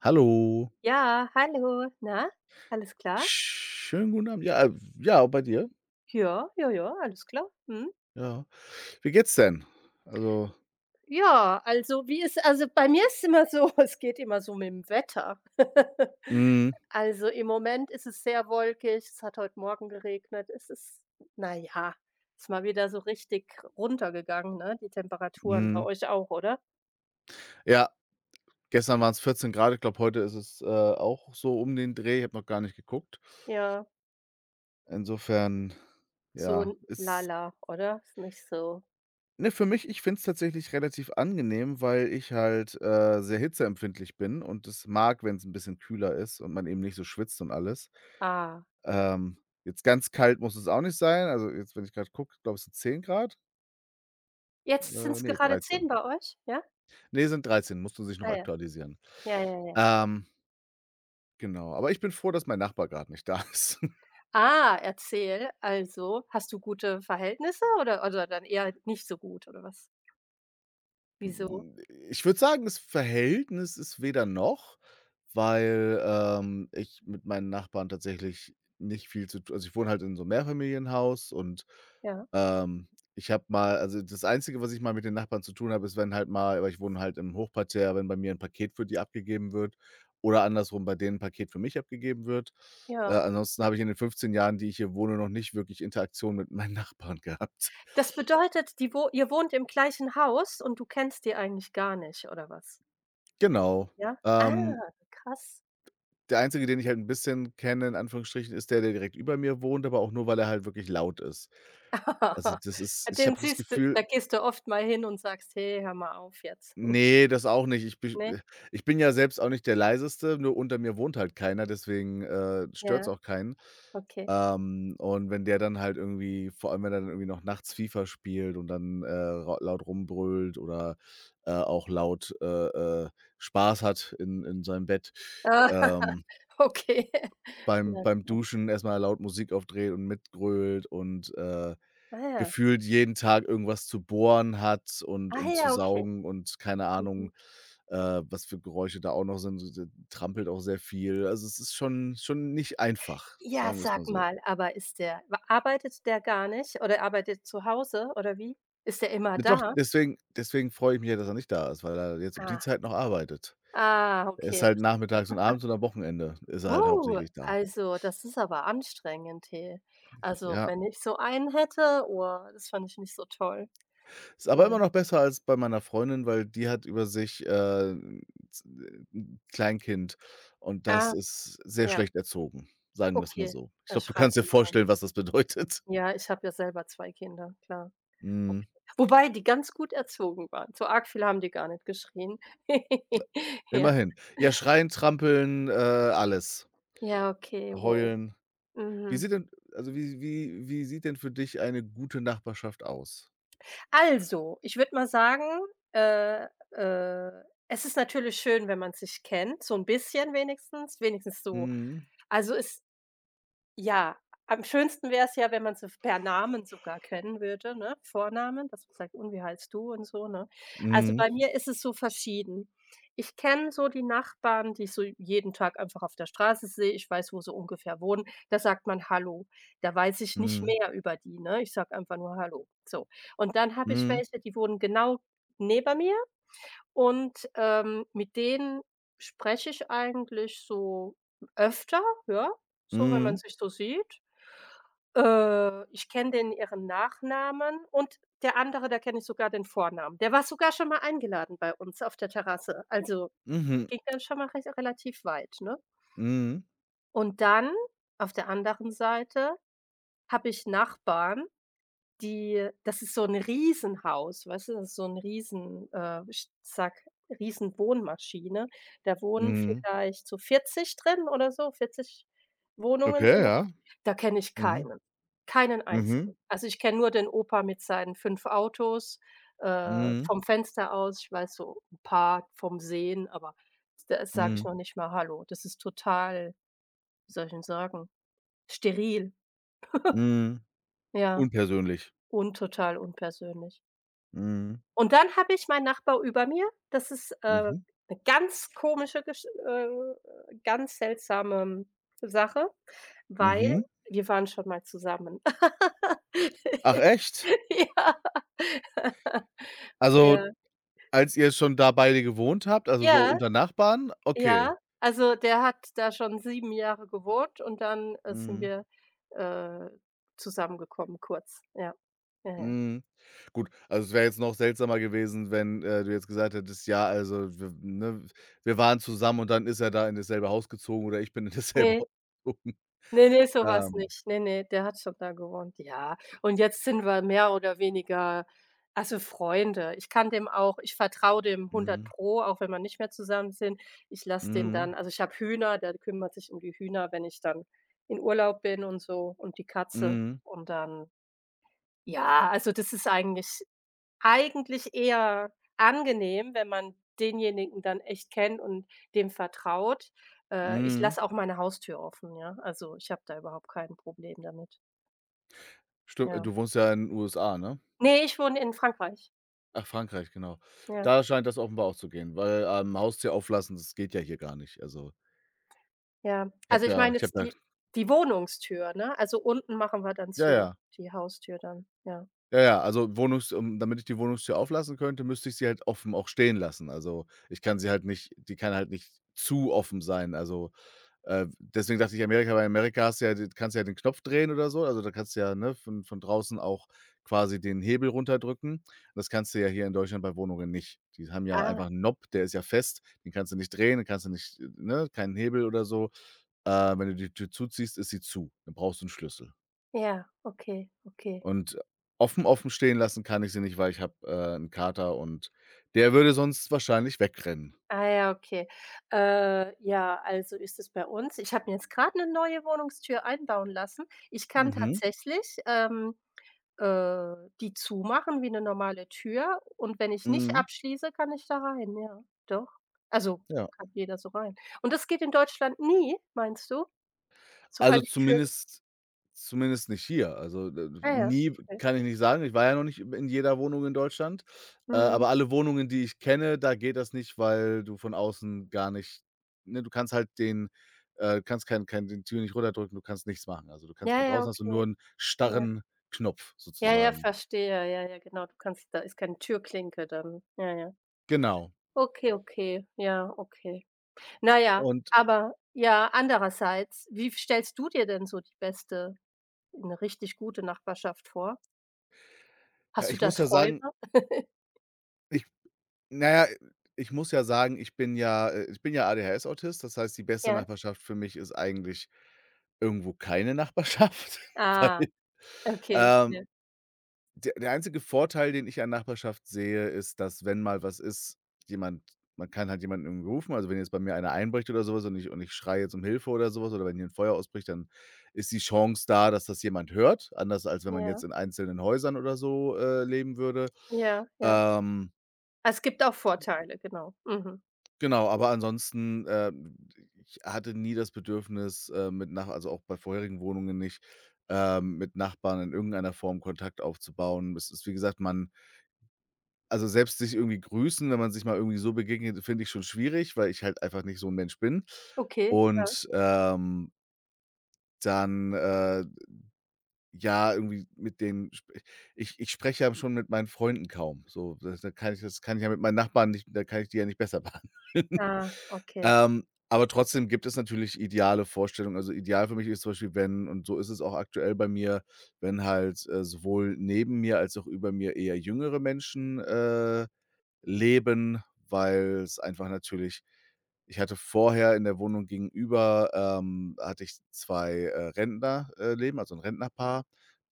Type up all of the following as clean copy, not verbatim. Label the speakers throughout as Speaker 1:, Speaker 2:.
Speaker 1: Hallo.
Speaker 2: Ja, hallo. Na, alles klar?
Speaker 1: Schönen guten Abend. Ja, ja, bei dir?
Speaker 2: Ja, ja, ja, alles klar. Mhm.
Speaker 1: Ja. Wie geht's denn? Also
Speaker 2: Ja, also wie ist also bei mir ist immer so, es geht immer so mit dem Wetter.
Speaker 1: mhm,
Speaker 2: Also im Moment ist es sehr wolkig, es hat heute Morgen geregnet. Na ja, ist mal wieder so richtig runtergegangen, ne, die Temperaturen. Bei
Speaker 1: mhm.
Speaker 2: euch auch, oder?
Speaker 1: Ja, gestern waren es 14 Grad. Ich glaube, heute ist es, auch so um den Dreh. Ich habe noch gar nicht geguckt.
Speaker 2: Ja,
Speaker 1: Insofern,
Speaker 2: so 'n
Speaker 1: ja,
Speaker 2: lala, oder? Ist nicht so
Speaker 1: für mich, ich finde es tatsächlich relativ angenehm, weil ich halt, sehr hitzeempfindlich bin und es mag, wenn es ein bisschen kühler ist und man eben nicht so schwitzt und alles.
Speaker 2: ah.
Speaker 1: Ähm, jetzt ganz kalt muss es auch nicht sein. Also, jetzt, wenn ich gerade gucke, glaube ich, es sind 10 Grad.
Speaker 2: Jetzt sind es
Speaker 1: Ne,
Speaker 2: gerade 10
Speaker 1: 13.
Speaker 2: bei euch? Ja?
Speaker 1: Ne, sind 13, musste sich noch
Speaker 2: Ah ja.
Speaker 1: aktualisieren.
Speaker 2: Ja, ja, ja.
Speaker 1: Ähm, genau, aber ich bin froh, dass mein Nachbar grad nicht da ist.
Speaker 2: Ah, erzähl. Also, hast du gute Verhältnisse oder dann eher nicht so gut oder was? Wieso?
Speaker 1: Hm, ich würde sagen, das Verhältnis ist weder noch, weil, ich mit meinen Nachbarn tatsächlich nicht viel zu tu, also, ich wohne halt in so einem Mehrfamilienhaus und,
Speaker 2: Ja,
Speaker 1: ähm, ich habe mal, also, das Einzige, was ich mal mit den Nachbarn zu tun habe, ist, wenn halt mal, weil ich wohne halt im Hochparterre, wenn bei mir ein Paket für die abgegeben wird oder andersrum bei denen 'n Paket für mich abgegeben wird.
Speaker 2: ja.
Speaker 1: Ansonsten habe ich in den 15 Jahren, die ich hier wohne, noch nicht wirklich Interaktion mit meinen Nachbarn gehabt.
Speaker 2: Das bedeutet, die wo ihr wohnt im gleichen Haus und du kennst die eigentlich gar nicht oder was?
Speaker 1: Genau.
Speaker 2: Ja? Ah,
Speaker 1: Ähm
Speaker 2: krass.
Speaker 1: Der Einzige, den ich halt 'n bisschen kenne, in Anführungsstrichen, ist der, der direkt über mir wohnt, aber auch nur, weil er halt wirklich laut ist. Also, das ist, ich
Speaker 2: Den
Speaker 1: habe das
Speaker 2: siehst du
Speaker 1: Gefühl,
Speaker 2: da gehst du oft mal hin und sagst: „Hey, hör mal auf jetzt.“
Speaker 1: ne, das auch nicht.
Speaker 2: Ne?
Speaker 1: Ich bin ja selbst auch nicht der Leiseste, nur unter mir wohnt halt keiner, deswegen, stört's
Speaker 2: Ja,
Speaker 1: auch keinen.
Speaker 2: okay.
Speaker 1: Und wenn der dann halt irgendwie, vor allem, wenn er dann irgendwie noch nachts FIFA spielt und dann, ra laut rumbrüllt oder, auch laut, Spaß hat in seinem Bett,
Speaker 2: Ah,
Speaker 1: ähm
Speaker 2: okay.
Speaker 1: beim
Speaker 2: Na gut.
Speaker 1: Duschen erstmal laut Musik aufdreht und mitgrölt und,
Speaker 2: Ah ja.
Speaker 1: gefühlt jeden Tag irgendwas zu bohren hat und
Speaker 2: Ah
Speaker 1: zu
Speaker 2: ja, okay.
Speaker 1: saugen und keine
Speaker 2: Mhm.
Speaker 1: Ahnung, was für Geräusche da auch noch sind. Sie trampelt auch sehr viel. Also, es ist schon, nicht einfach,
Speaker 2: Ja,
Speaker 1: sagen wir's mal
Speaker 2: sag
Speaker 1: so.
Speaker 2: mal, aber ist der wa arbeitet der gar nicht oder arbeitet zu Hause oder wie? Ist der immer
Speaker 1: Ne, doch,
Speaker 2: da?
Speaker 1: deswegen freue ich mich ja, dass er nicht da ist, weil er jetzt um die
Speaker 2: Ah,
Speaker 1: Zeit noch arbeitet.
Speaker 2: ah,
Speaker 1: Er ist
Speaker 2: okay,
Speaker 1: halt
Speaker 2: das ist
Speaker 1: nachmittags und abends und am Wochenende ist er halt
Speaker 2: wow,
Speaker 1: hauptsächlich da.
Speaker 2: also, das ist aber anstrengend, he. Also,
Speaker 1: Ja.
Speaker 2: wenn ich so einen hätte, oh, das fand ich nicht so toll.
Speaker 1: Ist aber
Speaker 2: Ja.
Speaker 1: immer noch besser als bei meiner Freundin, weil die hat über sich, z 'n Kleinkind und das
Speaker 2: Ah,
Speaker 1: ist sehr
Speaker 2: ja,
Speaker 1: schlecht erzogen, sagen wir es mal
Speaker 2: okay,
Speaker 1: so. Ich
Speaker 2: er
Speaker 1: glaube, du kannst
Speaker 2: schreit
Speaker 1: dir
Speaker 2: immer rum.
Speaker 1: vorstellen, was das bedeutet.
Speaker 2: Ja, ich habe ja selber 2 Kinder, klar.
Speaker 1: Mhm,
Speaker 2: Okay. Wobei die ganz gut erzogen waren. So arg viel haben die gar nicht geschrien. Ja.
Speaker 1: immerhin. Ja, schreien, trampeln, alles.
Speaker 2: Ja, okay, wow.
Speaker 1: Heulen. Wie
Speaker 2: Mhm.
Speaker 1: sieht denn, also, wie sieht denn für dich eine gute Nachbarschaft aus?
Speaker 2: Also, ich würde mal sagen, äh, äh, es ist natürlich schön, wenn man sich kennt, so ein bisschen wenigstens, wenigstens so.
Speaker 1: Mhm,
Speaker 2: Also, es ja, am schönsten wäre es ja, wenn man sie per Namen sogar kennen würde, ne? Vornamen, dass man sagt: „Und wie heißt du?“ und so, ne? Also,
Speaker 1: mhm,
Speaker 2: bei mir ist es so verschieden. Ich kenne so die Nachbarn, die ich so jeden Tag einfach auf der Straße sehe. Ich weiß, wo sie ungefähr wohnen. Da sagt man „Hallo“. Da weiß ich nicht
Speaker 1: mhm,
Speaker 2: mehr über die, ne? Ich sage einfach nur „Hallo“, so. Und dann habe ich
Speaker 1: mhm,
Speaker 2: welche, die wohnen genau neben mir und, mit denen spreche ich eigentlich so öfter, ja, so, wenn man
Speaker 1: mhm,
Speaker 2: sich so sieht. Ich kenne den ihren Nachnamen und der andere, da kenne ich sogar den Vornamen. Der war sogar schon mal eingeladen bei uns auf der Terrasse. Also,
Speaker 1: mhm,
Speaker 2: ging dann schon mal recht relativ weit, ne?
Speaker 1: mhm,
Speaker 2: Und dann auf der anderen Seite habe ich Nachbarn, die das ist so ein Riesenhaus, weißt du? Das ist so ein riesen ich sage, Riesenwohnmaschine. Da wohnen
Speaker 1: mhm.
Speaker 2: vielleicht so 40 drin oder so, 40 Wohnungen
Speaker 1: Okay,
Speaker 2: sind da.
Speaker 1: ja.
Speaker 2: Da kenne ich
Speaker 1: Mhm,
Speaker 2: keinen, keinen
Speaker 1: mhm,
Speaker 2: einzigen. Also, ich kenne nur den Opa mit seinen 5 Autos,
Speaker 1: mhm,
Speaker 2: vom Fenster aus. Ich weiß so ein paar vom Sehen, aber da sage ich
Speaker 1: mhm.
Speaker 2: noch nicht mal hallo. Das ist total, wie soll ich denn sagen, steril,
Speaker 1: Mhm.
Speaker 2: ja,
Speaker 1: Unpersönlich.
Speaker 2: und total unpersönlich.
Speaker 1: Mhm.
Speaker 2: Und dann habe ich meinen Nachbar über mir. Das ist,
Speaker 1: Mhm.
Speaker 2: 'ne ganz komische Gesch ganz seltsame Sache, weil
Speaker 1: Mhm.
Speaker 2: wir waren schon mal zusammen.
Speaker 1: Ach, echt?
Speaker 2: Ja.
Speaker 1: Also,
Speaker 2: Ja.
Speaker 1: als ihr schon da beide gewohnt habt, also so
Speaker 2: Ja,
Speaker 1: unter Nachbarn? Okay.
Speaker 2: ja. Also, der hat da schon 7 Jahre gewohnt und dann, sind
Speaker 1: Mhm.
Speaker 2: wir, äh, zusammengekommen kurz. Ja. Ja, ja.
Speaker 1: Mhm. Gut, also es wäre jetzt noch seltsamer gewesen, wenn, du jetzt gesagt hättest: „Ja, also wir, ne, wir waren zusammen und dann ist er da in dasselbe Haus gezogen oder ich bin in dasselbe
Speaker 2: Ne.
Speaker 1: Haus gezogen.“
Speaker 2: Ne, ne, so war's
Speaker 1: Ähm.
Speaker 2: nicht. Ne, ne, der hat schon da gewohnt, ja. Und jetzt sind wir mehr oder weniger also, Freunde. Ich vertraue dem hundert
Speaker 1: Mhm.
Speaker 2: Pro, auch wenn wir nicht mehr zusammen sind. Ich lasse den
Speaker 1: Mhm.
Speaker 2: dann also, ich habe Hühner, der kümmert sich um die Hühner, wenn ich dann in Urlaub bin und so und die Katze
Speaker 1: Mhm.
Speaker 2: und dann ja, also, das ist eigentlich eher angenehm, wenn man denjenigen dann echt kennt und dem vertraut. Ich
Speaker 1: Mhm.
Speaker 2: lasse auch meine Haustür offen, ja. Also, ich habe da überhaupt kein Problem damit,
Speaker 1: Stimmt,
Speaker 2: ja.
Speaker 1: du wohnst ja in USA, ne?
Speaker 2: Ne, ich wohne in Frankreich.
Speaker 1: Ach, Frankreich, genau.
Speaker 2: Ja,
Speaker 1: Da scheint das offenbar auch zu gehen, weil, Haustier auflassen, das geht ja hier gar nicht. Also,
Speaker 2: ja.
Speaker 1: ich
Speaker 2: Also,
Speaker 1: habe
Speaker 2: ich
Speaker 1: ja,
Speaker 2: meine jetzt die Wohnungstür, ne? Also, unten machen wir dann
Speaker 1: ja,
Speaker 2: zu,
Speaker 1: ja.
Speaker 2: die Haustür dann, ja.
Speaker 1: Ja, ja, also Wohnungs damit ich die Wohnungstür auflassen könnte, müsste ich sie halt offen auch stehen lassen. Also, ich kann sie halt nicht, die kann halt nicht zu offen sein. Also, deswegen dachte ich Amerika, weil in Amerika hast du ja, d kannst du ja den Knopf drehen oder so. Also, da kannst du ja, ne, von draußen auch quasi den Hebel runterdrücken. Das kannst du ja hier in Deutschland bei Wohnungen nicht. Die haben ja
Speaker 2: Ah,
Speaker 1: einfach 'n Knob, der ist ja fest, den kannst du nicht drehen, den kannst du nicht, ne, keinen Hebel oder so. Wenn du die Tür zuziehst, ist sie zu. Dann brauchst du 'n Schlüssel.
Speaker 2: ja, okay, okay.
Speaker 1: Und offen, stehen lassen kann ich sie nicht, weil ich habe, 'n Kater und der würde sonst wahrscheinlich wegrennen.
Speaker 2: Ah ja, okay. Ja, also ist es bei uns ich habe mir jetzt gerade eine neue Wohnungstür einbauen lassen. Ich kann
Speaker 1: Mhm,
Speaker 2: tatsächlich, äh, die zumachen wie eine normale Tür und wenn ich nicht
Speaker 1: mhm,
Speaker 2: abschließe, kann ich da rein, ja, doch. Also,
Speaker 1: ja.
Speaker 2: kann jeder so rein. Und das geht in Deutschland nie, meinst du?
Speaker 1: Also,
Speaker 2: Sobald die Tür
Speaker 1: zumindest, nicht hier. Also, d
Speaker 2: ah ja,
Speaker 1: nie
Speaker 2: okay.
Speaker 1: kann ich nicht sagen. Ich war ja noch nicht in jeder Wohnung in Deutschland,
Speaker 2: Mhm.
Speaker 1: aber alle Wohnungen, die ich kenne, da geht das nicht, weil du von außen gar nicht, ne, du kannst halt, den kannst kein kein die Tür nicht runterdrücken, du kannst nichts machen. Also, du kannst
Speaker 2: Ja,
Speaker 1: von
Speaker 2: ja,
Speaker 1: draußen, hast du
Speaker 2: okay,
Speaker 1: nur einen
Speaker 2: ja.
Speaker 1: starren Knopf
Speaker 2: Ja, ja,
Speaker 1: sozusagen.
Speaker 2: verstehe. Ja, ja, genau. Du kannst da ist keine Türklinke dann. Ja, ja.
Speaker 1: Genau.
Speaker 2: Okay, okay. Ja, okay. Na ja,
Speaker 1: Und,
Speaker 2: aber ja, andererseits, wie stellst du dir denn so die beste eine richtig gute Nachbarschaft vor?
Speaker 1: ja,
Speaker 2: Hast du
Speaker 1: ich
Speaker 2: da
Speaker 1: muss ja
Speaker 2: Träume?
Speaker 1: sagen, ich naja, ich muss ja sagen, ich bin ja ADHS-Autist, das heißt, die beste
Speaker 2: Ja?
Speaker 1: Nachbarschaft für mich ist eigentlich irgendwo keine Nachbarschaft, weil,
Speaker 2: Ah, okay.
Speaker 1: ähm,
Speaker 2: Ja.
Speaker 1: der einzige Vorteil, den ich an Nachbarschaft sehe, ist, dass, wenn mal was ist, jemand man kann halt jemanden irgendwie rufen. Also, wenn jetzt bei mir einer einbricht oder sowas und ich, schreie jetzt um Hilfe oder sowas, oder wenn hier ein Feuer ausbricht, dann ist die Chance da, dass das jemand hört, anders als wenn man
Speaker 2: Ja,
Speaker 1: jetzt in einzelnen Häusern oder so, leben würde.
Speaker 2: ja, ja.
Speaker 1: Ähm
Speaker 2: Also, es gibt auch Vorteile, genau. Mhm.
Speaker 1: Genau, aber ansonsten, ich hatte nie das Bedürfnis, mit, nach also auch bei vorherigen Wohnungen nicht, mit Nachbarn in irgendeiner Form Kontakt aufzubauen. Es ist, wie gesagt, man also selbst sich irgendwie grüßen, wenn man sich mal irgendwie so begegnet, finde ich schon schwierig, weil ich halt einfach nicht so ein Mensch bin.
Speaker 2: Okay, ja.
Speaker 1: Und, dann, ja, irgendwie mit den sp ich spreche ja schon mit meinen Freunden kaum. So, das, da kann ich das kann ich ja mit meinen Nachbarn nicht, da kann ich die ja nicht besser behandeln.
Speaker 2: Ah, okay.
Speaker 1: Ähm, aber trotzdem gibt es natürlich ideale Vorstellungen. Also, ideal für mich ist zum Beispiel, wenn, und so ist es auch aktuell bei mir, wenn halt, sowohl neben mir als auch über mir eher jüngere Menschen, leben, weil es einfach natürlich, ich hatte vorher in der Wohnung gegenüber, hatte ich zwei, Rentner, leben, also 'n Rentnerpaar,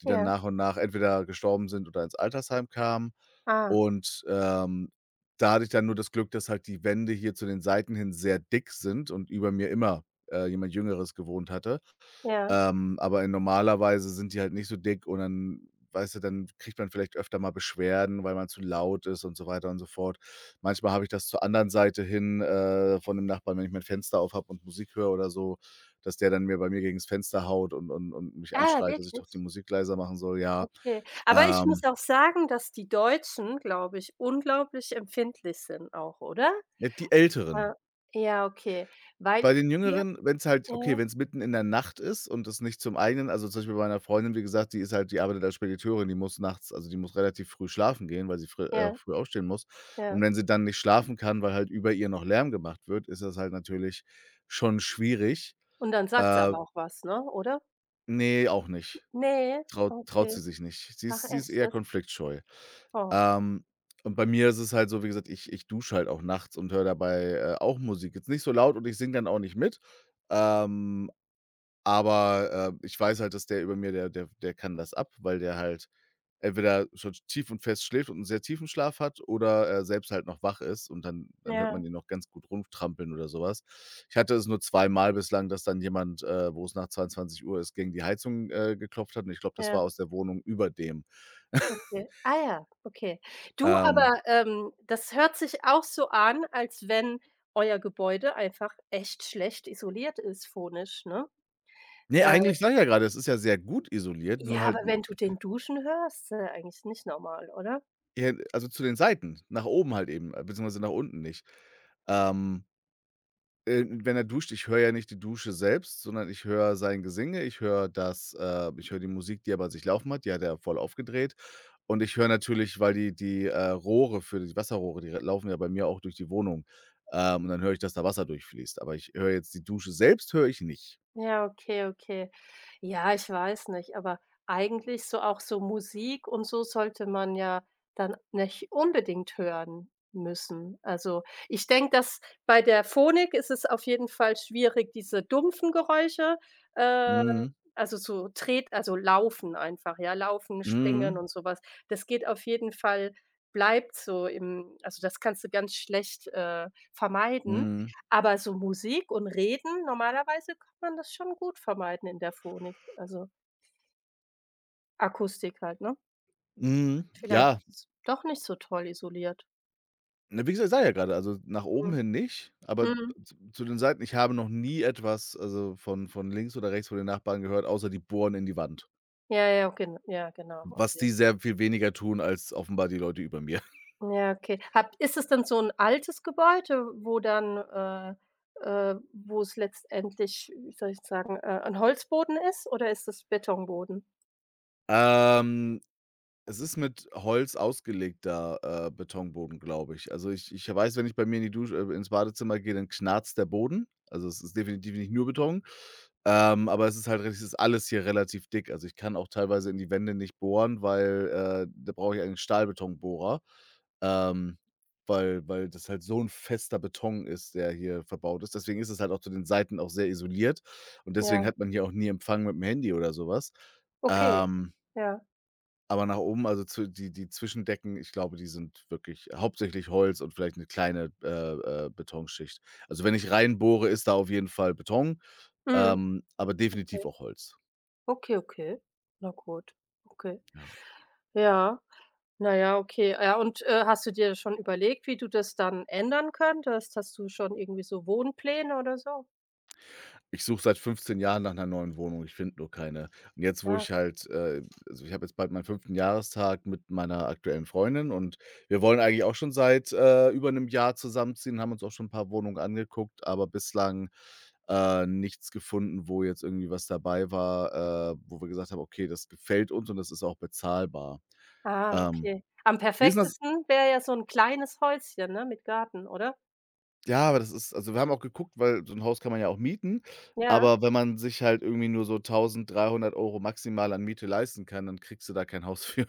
Speaker 1: die dann
Speaker 2: Ja.
Speaker 1: nach und nach entweder gestorben sind oder ins Altersheim kamen.
Speaker 2: Ah,
Speaker 1: Und, da hatte ich dann nur das Glück, dass halt die Wände hier zu den Seiten hin sehr dick sind und über mir immer, jemand Jüngeres gewohnt hatte.
Speaker 2: ja.
Speaker 1: Aber in normaler Weise sind die halt nicht so dick und dann, weißt du, dann kriegt man vielleicht öfter mal Beschwerden, weil man zu laut ist und so weiter und so fort. Manchmal habe ich das zur anderen Seite hin, von dem Nachbarn, wenn ich mein Fenster auf habe und Musik höre oder so, dass der dann, mir bei mir gegens Fenster haut und und mich
Speaker 2: Ah,
Speaker 1: anschreit, dass ich doch die
Speaker 2: wirklich?
Speaker 1: Musik leiser machen soll, ja.
Speaker 2: Okay. Aber ich
Speaker 1: Ähm,
Speaker 2: muss auch sagen, dass die Deutschen, glaube ich, unglaublich empfindlich sind auch, oder?
Speaker 1: ne, die Älteren.
Speaker 2: Ah, ja, okay, weil
Speaker 1: Bei den
Speaker 2: hier
Speaker 1: Jüngeren, wenn es halt, okay,
Speaker 2: ja,
Speaker 1: wenn es mitten in der Nacht ist und es nicht zum eigenen, also, zum Beispiel bei meiner Freundin, wie gesagt, die ist halt die arbeitet als Spediteurin, die muss nachts, also, die muss relativ früh schlafen gehen, weil sie früh,
Speaker 2: ja.
Speaker 1: früh aufstehen muss. Und
Speaker 2: Ja.
Speaker 1: wenn sie dann nicht schlafen kann, weil halt über ihr noch Lärm gemacht wird, ist das halt natürlich schon schwierig.
Speaker 2: Und dann sagt sie
Speaker 1: Äh,
Speaker 2: aber auch was, ne, oder?
Speaker 1: ne, auch nicht.
Speaker 2: Ne?
Speaker 1: Traut sie
Speaker 2: Okay.
Speaker 1: sich nicht.
Speaker 2: Ach
Speaker 1: Sie ist
Speaker 2: echt
Speaker 1: eher
Speaker 2: jetzt?
Speaker 1: konfliktscheu.
Speaker 2: Oh.
Speaker 1: Ähm, und bei mir ist es halt so, wie gesagt, ich dusche halt auch nachts und höre dabei, auch Musik. Jetzt nicht so laut und ich singe dann auch nicht mit. Ähm aber, ich weiß halt, dass der über mir, der kann das ab, weil der halt entweder schon tief und fest schläft und einen sehr tiefen Schlaf hat oder er selbst halt noch wach ist und dann hört
Speaker 2: Ja,
Speaker 1: man ihn noch ganz gut rumtrampeln oder sowas. Ich hatte es nur zweimal bislang, dass dann jemand, wo es nach 22 Uhr ist, gegen die Heizung, geklopft hat und ich glaube, das war
Speaker 2: ja,
Speaker 1: aus der Wohnung über dem.
Speaker 2: okay. Ah ja, okay. Du,
Speaker 1: Ähm,
Speaker 2: aber, das hört sich auch so an, als wenn euer Gebäude einfach echt schlecht isoliert ist phonisch, ne?
Speaker 1: ne,
Speaker 2: Äh,
Speaker 1: eigentlich sage ich ja gerade, es ist ja sehr gut isoliert, nur
Speaker 2: ja,
Speaker 1: halt
Speaker 2: aber wenn du den duschen hörst, ist ja eigentlich nicht normal, oder?
Speaker 1: eher, also zu den Seiten, nach oben halt eben, beziehungsweise nach unten nicht. Ähm wenn er duscht, ich höre ja nicht die Dusche selbst, sondern ich höre sein Gesinge, ich höre das, ich höre die Musik, die er bei sich laufen hat, die hat er voll aufgedreht. Und ich höre natürlich, weil die die, Rohre für die Wasserrohre, die laufen ja bei mir auch durch die Wohnung. Und dann höre ich, dass da Wasser durchfließt. Aber ich höre jetzt, die Dusche selbst höre ich nicht.
Speaker 2: Ja, okay, okay. Ja, ich weiß nicht, aber eigentlich so auch so Musik und so sollte man ja dann nicht unbedingt hören müssen. Also, ich denke, dass bei der Phonik ist es auf jeden Fall schwierig, diese dumpfen Geräusche, äh,
Speaker 1: Mhm,
Speaker 2: also so tret also Laufen einfach, ja, Laufen, Springen
Speaker 1: mhm,
Speaker 2: und sowas. Das geht auf jeden Fall bleibt so im also, das kannst du ganz schlecht, vermeiden.
Speaker 1: mhm,
Speaker 2: Aber so Musik und Reden, normalerweise kann man das schon gut vermeiden in der Phonik, also Akustik halt, ne?
Speaker 1: mhm.
Speaker 2: Vielleicht
Speaker 1: Ja,
Speaker 2: ist es doch nicht so toll isoliert.
Speaker 1: ne, wie gesagt, ich sage ja gerade, also nach oben
Speaker 2: Mhm.
Speaker 1: hin nicht, aber
Speaker 2: Mhm.
Speaker 1: z zu den Seiten, ich habe noch nie etwas, also, von links oder rechts von den Nachbarn gehört, außer die bohren in die Wand.
Speaker 2: Ja, ja, gen ja, genau,
Speaker 1: Was die
Speaker 2: okay.
Speaker 1: sehr viel weniger tun als offenbar die Leute über mir.
Speaker 2: Ja, okay. Habt Ist es denn so 'n altes Gebäude, wo dann, wo es letztendlich, wie soll ich sagen, 'n Holzboden ist oder ist es Betonboden?
Speaker 1: Ähm, es ist mit Holz ausgelegter, Betonboden, glaube ich. Also, ich weiß, wenn ich bei mir in die Dusche ins Badezimmer gehe, dann knarzt der Boden. Also, es ist definitiv nicht nur Beton. Aber es ist halt, es ist alles hier relativ dick. Also, ich kann auch teilweise in die Wände nicht bohren, weil, da brauche ich einen Stahlbetonbohrer, ähm, weil das halt so ein fester Beton ist, der hier verbaut ist. Deswegen ist es halt auch zu den Seiten auch sehr isoliert und deswegen
Speaker 2: Ja,
Speaker 1: hat man hier auch nie Empfang mit dem Handy oder sowas.
Speaker 2: okay,
Speaker 1: Ähm
Speaker 2: ja.
Speaker 1: aber nach oben, also zu die Zwischendecken, ich glaube, die sind wirklich hauptsächlich Holz und vielleicht eine kleine, Betonschicht. Also, wenn ich reinbohre, ist da auf jeden Fall Beton,
Speaker 2: Mhm,
Speaker 1: aber definitiv
Speaker 2: okay.
Speaker 1: auch Holz.
Speaker 2: Okay, okay. Na gut, okay.
Speaker 1: Ja.
Speaker 2: Ja. Na ja, okay. Ja, und, hast du dir schon überlegt, wie du das dann ändern könntest? Hast du schon irgendwie so Wohnpläne oder so?
Speaker 1: Ich suche seit 15 Jahren nach einer neuen Wohnung, ich finde nur keine. Und jetzt, wo
Speaker 2: Ah,
Speaker 1: ich halt, also, ich habe jetzt bald meinen 5. Jahrestag mit meiner aktuellen Freundin und wir wollen eigentlich auch schon seit, über einem Jahr zusammenziehen, haben uns auch schon ein paar Wohnungen angeguckt, aber bislang nichts gefunden, wo jetzt irgendwie was dabei war, wo wir gesagt haben: „Okay, das gefällt uns und das ist auch bezahlbar.“
Speaker 2: ah,
Speaker 1: Ähm,
Speaker 2: okay. Am
Speaker 1: wie ist denn das
Speaker 2: perfektesten wäre ja so 'n kleines Häuschen, ne, mit Garten, oder?
Speaker 1: ja, aber das ist, also, wir haben auch geguckt, weil so 'n Haus kann man ja auch mieten,
Speaker 2: Ja?
Speaker 1: aber wenn man sich halt irgendwie nur so 1.300 Euro maximal an Miete leisten kann, dann kriegst du da kein Haus für,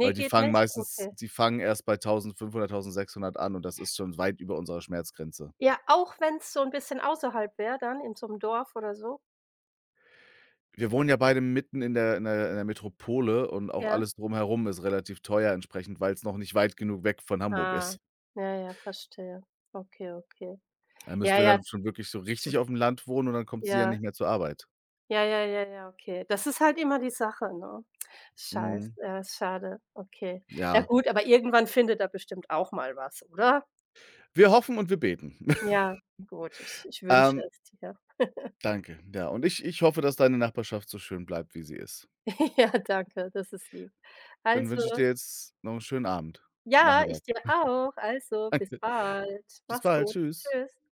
Speaker 1: weil
Speaker 2: geht nicht? Okay.
Speaker 1: die fangen erst bei 1.500, 1.600 an und das ist schon weit über unserer Schmerzgrenze.
Speaker 2: Ja, auch wenn's so 'n bisschen außerhalb wäre dann in so 'm Dorf oder so?
Speaker 1: Wir wohnen ja beide mitten in der in der in der Metropole und auch
Speaker 2: Ja?
Speaker 1: alles drumherum ist relativ teuer entsprechend, weil es noch nicht weit genug weg von Hamburg
Speaker 2: Ah.
Speaker 1: ist.
Speaker 2: Ja, ja, verstehe. Okay, okay.
Speaker 1: Da müssten
Speaker 2: Ja,
Speaker 1: wir
Speaker 2: ja,
Speaker 1: dann schon wirklich so richtig
Speaker 2: t
Speaker 1: auf dem Land wohnen und dann kommt sie ja
Speaker 2: ja.
Speaker 1: nicht mehr zur Arbeit.
Speaker 2: Ja, ja, ja, ja, okay. Das ist halt immer die Sache, ne? Scheiß
Speaker 1: Mhm,
Speaker 2: ja, ist schade. Okay. Ja
Speaker 1: ja.
Speaker 2: gut, aber irgendwann findet er bestimmt auch mal was, oder?
Speaker 1: Wir hoffen und wir beten.
Speaker 2: Ja, gut, ich wünsche
Speaker 1: Ähm,
Speaker 2: es dir.
Speaker 1: danke. Ja, und ich hoffe, dass deine Nachbarschaft so schön bleibt, wie sie ist.
Speaker 2: Ja, danke, das ist lieb.
Speaker 1: Dann
Speaker 2: Also
Speaker 1: wünsche ich dir jetzt noch einen schönen Abend,
Speaker 2: ja,
Speaker 1: Nachmittag.
Speaker 2: ich dir auch. Also, bis
Speaker 1: Danke.
Speaker 2: bald.
Speaker 1: Bis
Speaker 2: Mach's
Speaker 1: bald.
Speaker 2: gut.
Speaker 1: Tschüss.
Speaker 2: Tschüss.